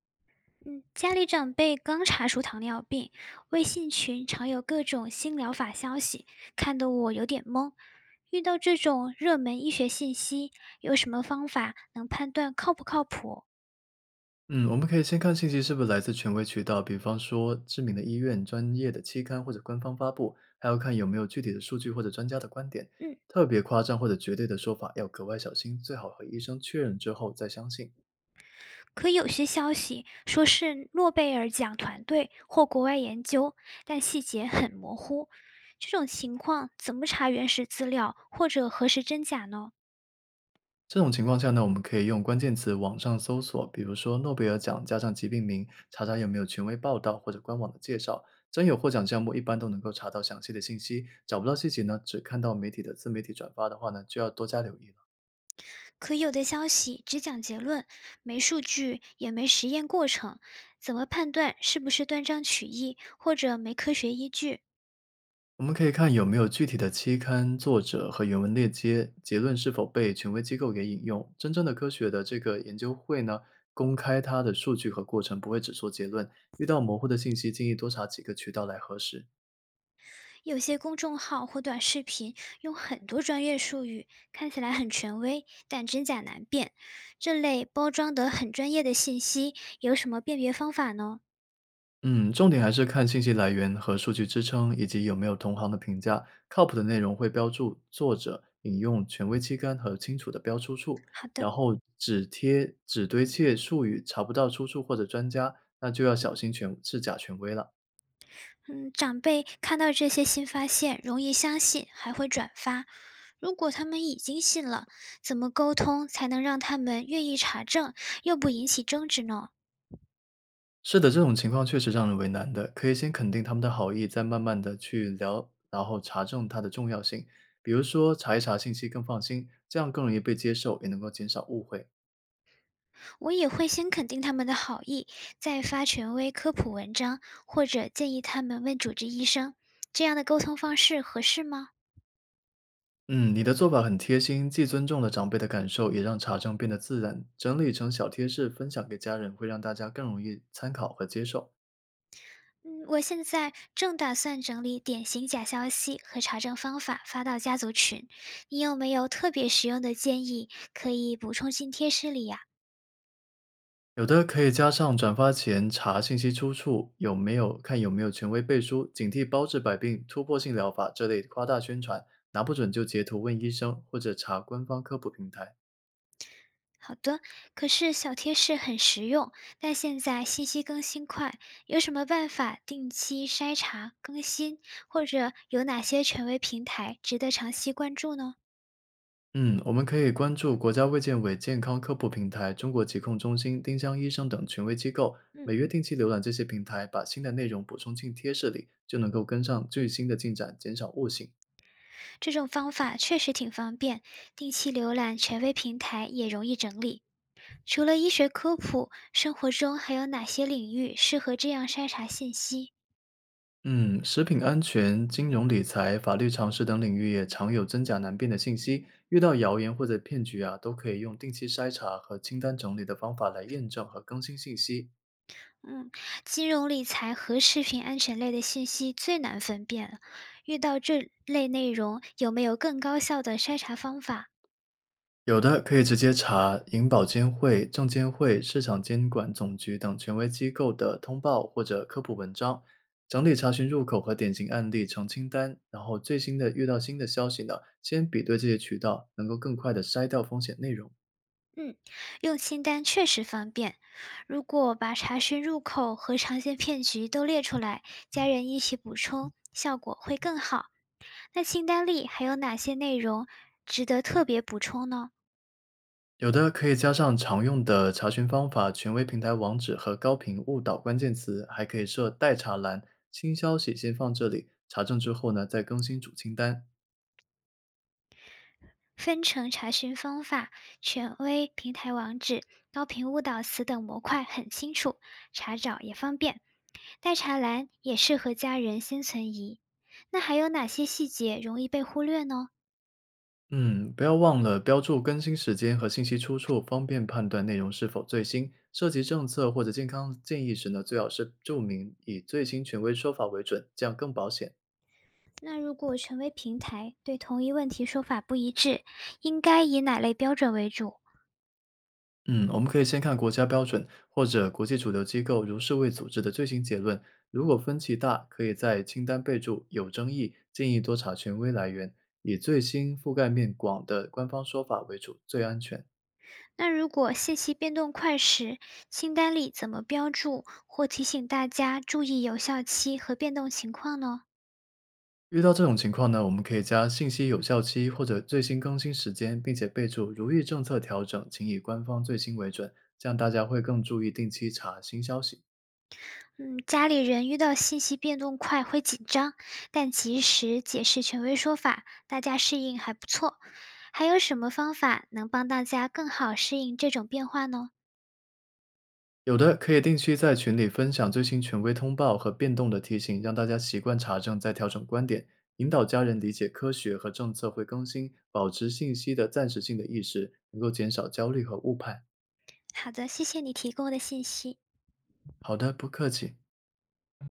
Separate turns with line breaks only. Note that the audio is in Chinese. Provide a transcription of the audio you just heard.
嗯，家里长辈刚查出糖尿病，微信群常有各种新疗法消息，看得我有点懵。遇到这种热门医学信息，有什么方法能判断靠不靠谱？
嗯，我们可以先看信息是不是来自权威渠道，比方说知名的医院、专业的期刊或者官方发布，还要看有没有具体的数据或者专家的观点。
嗯，
特别夸张或者绝对的说法要格外小心，最好和医生确认之后再相信。
可有些消息说是诺贝尔奖团队或国外研究，但细节很模糊。这种情况怎么查原始资料或者核实真假呢？
这种情况下呢，我们可以用关键词网上搜索，比如说诺贝尔奖加上疾病名，查查有没有权威报道或者官网的介绍。真有获奖项目，一般都能够查到详细的信息。找不到细节呢，只看到媒体的自媒体转发的话呢，就要多加留意了。
可有的消息只讲结论，没数据，也没实验过程，怎么判断是不是断章取义或者没科学依据？
我们可以看有没有具体的期刊、作者和原文链接，结论是否被权威机构给引用。真正的科学的这个研究会呢，公开它的数据和过程，不会只说结论。遇到模糊的信息，建议多查几个渠道来核实。
有些公众号或短视频用很多专业术语，看起来很权威，但真假难辨。这类包装得很专业的信息，有什么辨别方法呢？
嗯，重点还是看信息来源和数据支撑，以及有没有同行的评价。靠谱的内容会标注作者、引用权威期刊和清楚的标出处，
好
然
的。
后只堆砌术语，查不到出处或者专家，那就要小心权是假权威了。
嗯，长辈看到这些新发现，容易相信，还会转发。如果他们已经信了，怎么沟通才能让他们愿意查证，又不引起争执呢？
是的，这种情况确实让人为难的。可以先肯定他们的好意，再慢慢的去聊，然后查证它的重要性。比如说查一查信息更放心，这样更容易被接受，也能够减少误会。
我也会先肯定他们的好意，再发权威科普文章，或者建议他们问主治医生。这样的沟通方式合适吗？
嗯，你的做法很贴心，既尊重了长辈的感受，也让查证变得自然。整理成小贴士分享给家人，会让大家更容易参考和接受。
嗯，我现在正打算整理典型假消息和查证方法发到家族群，你有没有特别实用的建议可以补充进贴士里呀、
有的可以加上转发前查信息出处，有没有权威背书，警惕包治百病、突破性疗法这类夸大宣传，拿不准就截图问医生或者查官方科普平台。
好的，可是小贴士很实用，但现在信息更新快，有什么办法定期筛查更新，或者有哪些权威平台值得长期关注呢？
嗯，我们可以关注国家卫健委健康科普平台、中国疾控中心、丁香医生等权威机构，
嗯，
每月定期浏览这些平台，把新的内容补充进贴士里，就能够跟上最新的进展，减少误信。
这种方法确实挺方便，定期浏览权威平台也容易整理。除了医学科普，生活中还有哪些领域适合这样筛查信息？
嗯，食品安全、金融理财、法律常识等领域也常有真假难辨的信息。遇到谣言或者骗局啊，都可以用定期筛查和清单整理的方法来验证和更新信息。
嗯，金融理财和食品安全类的信息最难分辨。遇到这类内容，有没有更高效的筛查方法？
有的可以直接查银保监会、证监会、市场监管总局等权威机构的通报或者科普文章，整理查询入口和典型案例成清单，然后最新的遇到新的消息呢，先比对这些渠道，能够更快的筛掉风险内容。
嗯，用清单确实方便。如果把查询入口和常见骗局都列出来，家人一起补充，效果会更好。那清单里还有哪些内容值得特别补充呢？
有的可以加上常用的查询方法、权威平台网址和高频误导关键词，还可以设待查栏，新消息先放这里，查证之后呢再更新主清单。
分成查询方法、权威、平台网址、高频误导词等模块很清楚，查找也方便。待查栏也适合家人先存疑。那还有哪些细节容易被忽略呢？
嗯，不要忘了标注更新时间和信息出处，方便判断内容是否最新。涉及政策或者健康建议时呢，最好是注明以最新权威说法为准，这样更保险。
那如果权威平台对同一问题说法不一致，应该以哪类标准为主？
嗯，我们可以先看国家标准或者国际主流机构如世卫组织的最新结论。如果分歧大，可以在清单备注"有争议"，建议多查权威来源，以最新覆盖面广的官方说法为主，最安全。
那如果信息变动快时，清单里怎么标注或提醒大家注意有效期和变动情况呢？
遇到这种情况呢，我们可以加信息有效期或者最新更新时间，并且备注"如遇政策调整，请以官方最新为准"，这样大家会更注意定期查新消息。
嗯，家里人遇到信息变动快会紧张，但及时解释权威说法，大家适应还不错。还有什么方法能帮大家更好适应这种变化呢？
有的可以定期在群里分享最新权威通报和变动的提醒，让大家习惯查证再调整观点，引导家人理解科学和政策会更新，保持信息的暂时性的意识，能够减少焦虑和误判。
好的，谢谢你提供的信息。
好的，不客气。